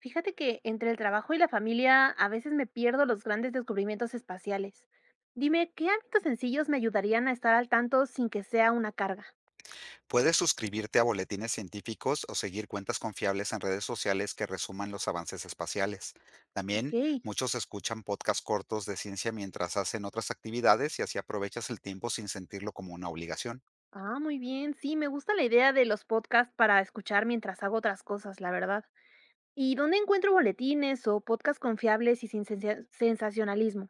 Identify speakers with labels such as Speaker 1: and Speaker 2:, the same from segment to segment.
Speaker 1: Fíjate que entre el trabajo y la familia a veces me pierdo los grandes descubrimientos espaciales. Dime, ¿qué hábitos sencillos me ayudarían a estar al tanto sin que sea una carga?
Speaker 2: Puedes suscribirte a boletines científicos o seguir cuentas confiables en redes sociales que resuman los avances espaciales.
Speaker 1: Ok,
Speaker 2: También muchos escuchan podcasts cortos de ciencia mientras hacen otras actividades y así aprovechas el tiempo sin sentirlo como una obligación.
Speaker 1: ah, muy bien, sí, me gusta la idea de los podcasts para escuchar mientras hago otras cosas, la verdad. ¿Y dónde encuentro boletines o podcasts confiables y sin sensacionalismo?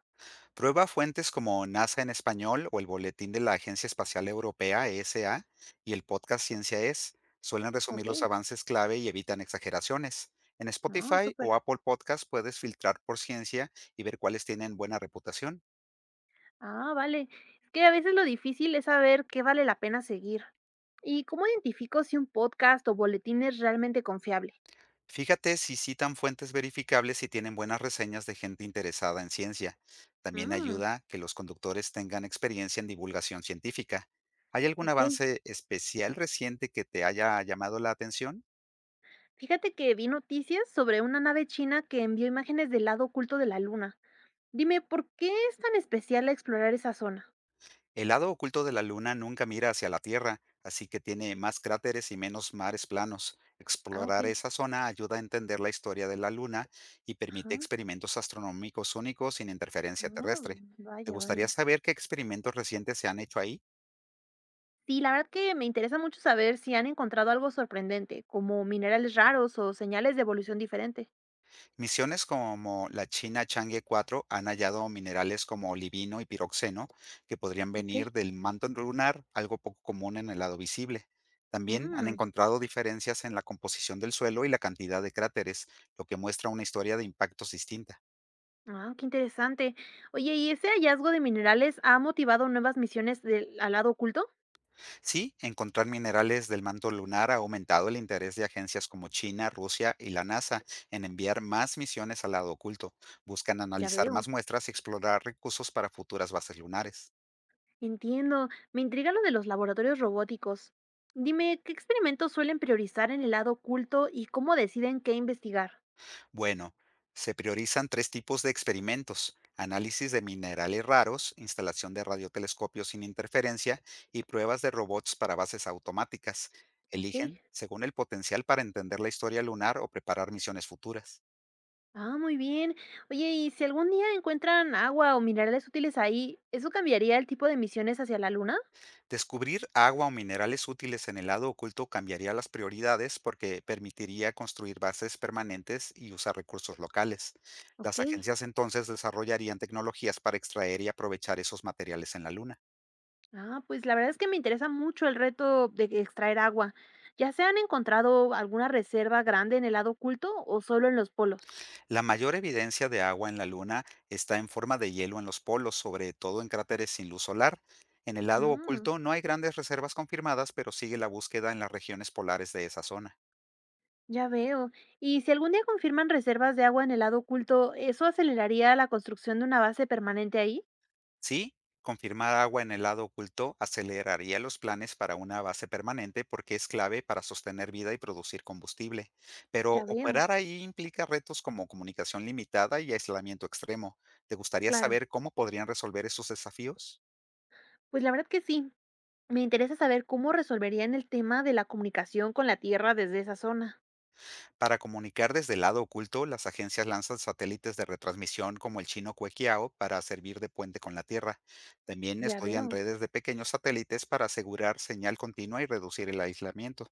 Speaker 2: Prueba fuentes como NASA en español o el boletín de la Agencia Espacial Europea, ESA, y el podcast Ciencia es. Suelen resumir
Speaker 1: Ok,
Speaker 2: los avances clave y evitan exageraciones. En
Speaker 1: ah,
Speaker 2: Spotify
Speaker 1: súper.
Speaker 2: o Apple Podcast puedes filtrar por ciencia y ver cuáles tienen buena reputación.
Speaker 1: Ah, vale. Es que a veces lo difícil es saber qué vale la pena seguir. ¿Y cómo identifico si un podcast o boletín es realmente confiable?
Speaker 2: Fíjate si citan fuentes verificables y tienen buenas reseñas de gente interesada en ciencia. También
Speaker 1: Mm,
Speaker 2: ayuda que los conductores tengan experiencia en divulgación científica. ¿Hay algún
Speaker 1: ok.
Speaker 2: avance especial reciente que te haya llamado la atención?
Speaker 1: Fíjate que vi noticias sobre una nave china que envió imágenes del lado oculto de la luna. Dime, ¿por qué es tan especial explorar esa zona?
Speaker 2: El lado oculto de la Luna nunca mira hacia la Tierra, así que tiene más cráteres y menos mares planos.
Speaker 1: Ah, ok.
Speaker 2: Explorar esa zona ayuda a entender la historia de la Luna y permite
Speaker 1: Ajá.
Speaker 2: experimentos astronómicos únicos sin interferencia
Speaker 1: Ah,
Speaker 2: terrestre. ¿Te
Speaker 1: vaya,
Speaker 2: gustaría
Speaker 1: vaya.
Speaker 2: saber qué experimentos recientes se han hecho ahí?
Speaker 1: Sí, la verdad que me interesa mucho saber si han encontrado algo sorprendente, como minerales raros o señales de evolución diferente.
Speaker 2: Misiones como la China Chang'e 4 han hallado minerales como olivino y piroxeno que podrían
Speaker 1: Ok.
Speaker 2: venir del manto lunar, algo poco común en el lado visible. También han
Speaker 1: Mm,
Speaker 2: encontrado diferencias en la composición del suelo y la cantidad de cráteres, lo que muestra una historia de impactos distinta.
Speaker 1: ah, qué interesante. Oye, ¿y ese hallazgo de minerales ha motivado nuevas misiones al lado oculto?
Speaker 2: Sí, encontrar minerales del manto lunar ha aumentado el interés de agencias como China, Rusia y la NASA en enviar más misiones al lado oculto. Buscan
Speaker 1: Ya
Speaker 2: analizar
Speaker 1: veo.
Speaker 2: más muestras y explorar recursos para futuras bases lunares.
Speaker 1: Entiendo, me intriga lo de los laboratorios robóticos. Dime, ¿qué experimentos suelen priorizar en el lado oculto y cómo deciden qué investigar?
Speaker 2: Bueno, se priorizan tres tipos de experimentos, análisis de minerales raros, instalación de radiotelescopios sin interferencia y pruebas de robots para bases automáticas.
Speaker 1: Ok.
Speaker 2: Eligen según el potencial para entender la historia lunar o preparar misiones futuras.
Speaker 1: Ah, muy bien. Oye, y si algún día encuentran agua o minerales útiles ahí, ¿eso cambiaría el tipo de misiones hacia la luna?
Speaker 2: Descubrir agua o minerales útiles en el lado oculto cambiaría las prioridades porque permitiría construir bases permanentes y usar recursos locales.
Speaker 1: Ok.
Speaker 2: Las agencias entonces desarrollarían tecnologías para extraer y aprovechar esos materiales en la Luna.
Speaker 1: Ah, pues la verdad es que me interesa mucho el reto de extraer agua. ¿Ya se han encontrado alguna reserva grande en el lado oculto o solo en los polos?
Speaker 2: La mayor evidencia de agua en la Luna está en forma de hielo en los polos, sobre todo en cráteres sin luz solar. En el lado
Speaker 1: Mm.
Speaker 2: oculto no hay grandes reservas confirmadas, pero sigue la búsqueda en las regiones polares de esa zona.
Speaker 1: Ya veo. Y si algún día confirman reservas de agua en el lado oculto, ¿eso aceleraría la construcción de una base permanente ahí?
Speaker 2: Sí, confirmar agua en el lado oculto aceleraría los planes para una base permanente porque es clave para sostener vida y producir combustible. Pero
Speaker 1: Ya veo,
Speaker 2: operar ahí implica retos como comunicación limitada y aislamiento extremo. ¿Te gustaría
Speaker 1: claro.
Speaker 2: saber cómo podrían resolver esos desafíos?
Speaker 1: Pues la verdad que sí. Me interesa saber cómo resolverían el tema de la comunicación con la Tierra desde esa zona.
Speaker 2: Para comunicar desde el lado oculto, las agencias lanzan satélites de retransmisión como el chino Cuequiao para servir de puente con la Tierra. También
Speaker 1: Ya
Speaker 2: estudian
Speaker 1: veo.
Speaker 2: redes de pequeños satélites para asegurar señal continua y reducir el aislamiento.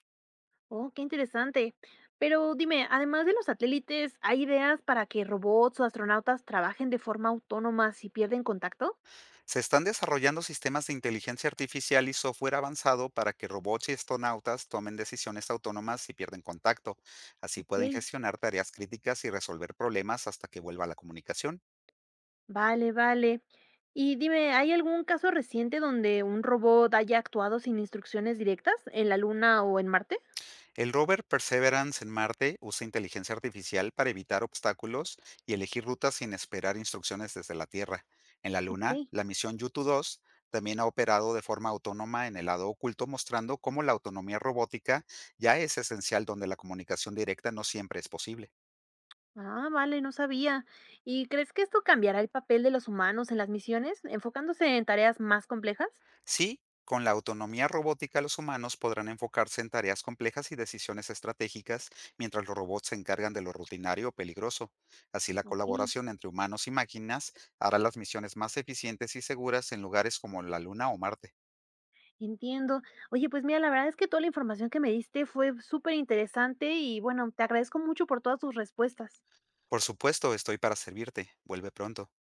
Speaker 1: Oh, qué interesante. Pero dime, además de los satélites, ¿hay ideas para que robots o astronautas trabajen de forma autónoma si pierden contacto?
Speaker 2: Se están desarrollando sistemas de inteligencia artificial y software avanzado para que robots y astronautas tomen decisiones autónomas si pierden contacto. Así pueden
Speaker 1: Ok.
Speaker 2: gestionar tareas críticas y resolver problemas hasta que vuelva la comunicación.
Speaker 1: Vale, vale. Y dime, ¿hay algún caso reciente donde un robot haya actuado sin instrucciones directas en la Luna o en Marte?
Speaker 2: El rover Perseverance en Marte usa inteligencia artificial para evitar obstáculos y elegir rutas sin esperar instrucciones desde la Tierra. En la
Speaker 1: Ok.
Speaker 2: Luna, la misión Yutu-2 también ha operado de forma autónoma en el lado oculto, mostrando cómo la autonomía robótica ya es esencial donde la comunicación directa no siempre es posible.
Speaker 1: Ah, vale, no sabía. ¿Y crees que esto cambiará el papel de los humanos en las misiones, enfocándose en tareas más complejas?
Speaker 2: Sí, con la autonomía robótica los humanos podrán enfocarse en tareas complejas y decisiones estratégicas, mientras los robots se encargan de lo rutinario o peligroso. Así la
Speaker 1: Ok,
Speaker 2: colaboración entre humanos y máquinas hará las misiones más eficientes y seguras en lugares como la Luna o Marte.
Speaker 1: entiendo. Oye, pues mira, la verdad es que toda la información que me diste fue súper interesante y bueno, te agradezco mucho por todas tus respuestas.
Speaker 2: Por supuesto, estoy para servirte. Vuelve pronto.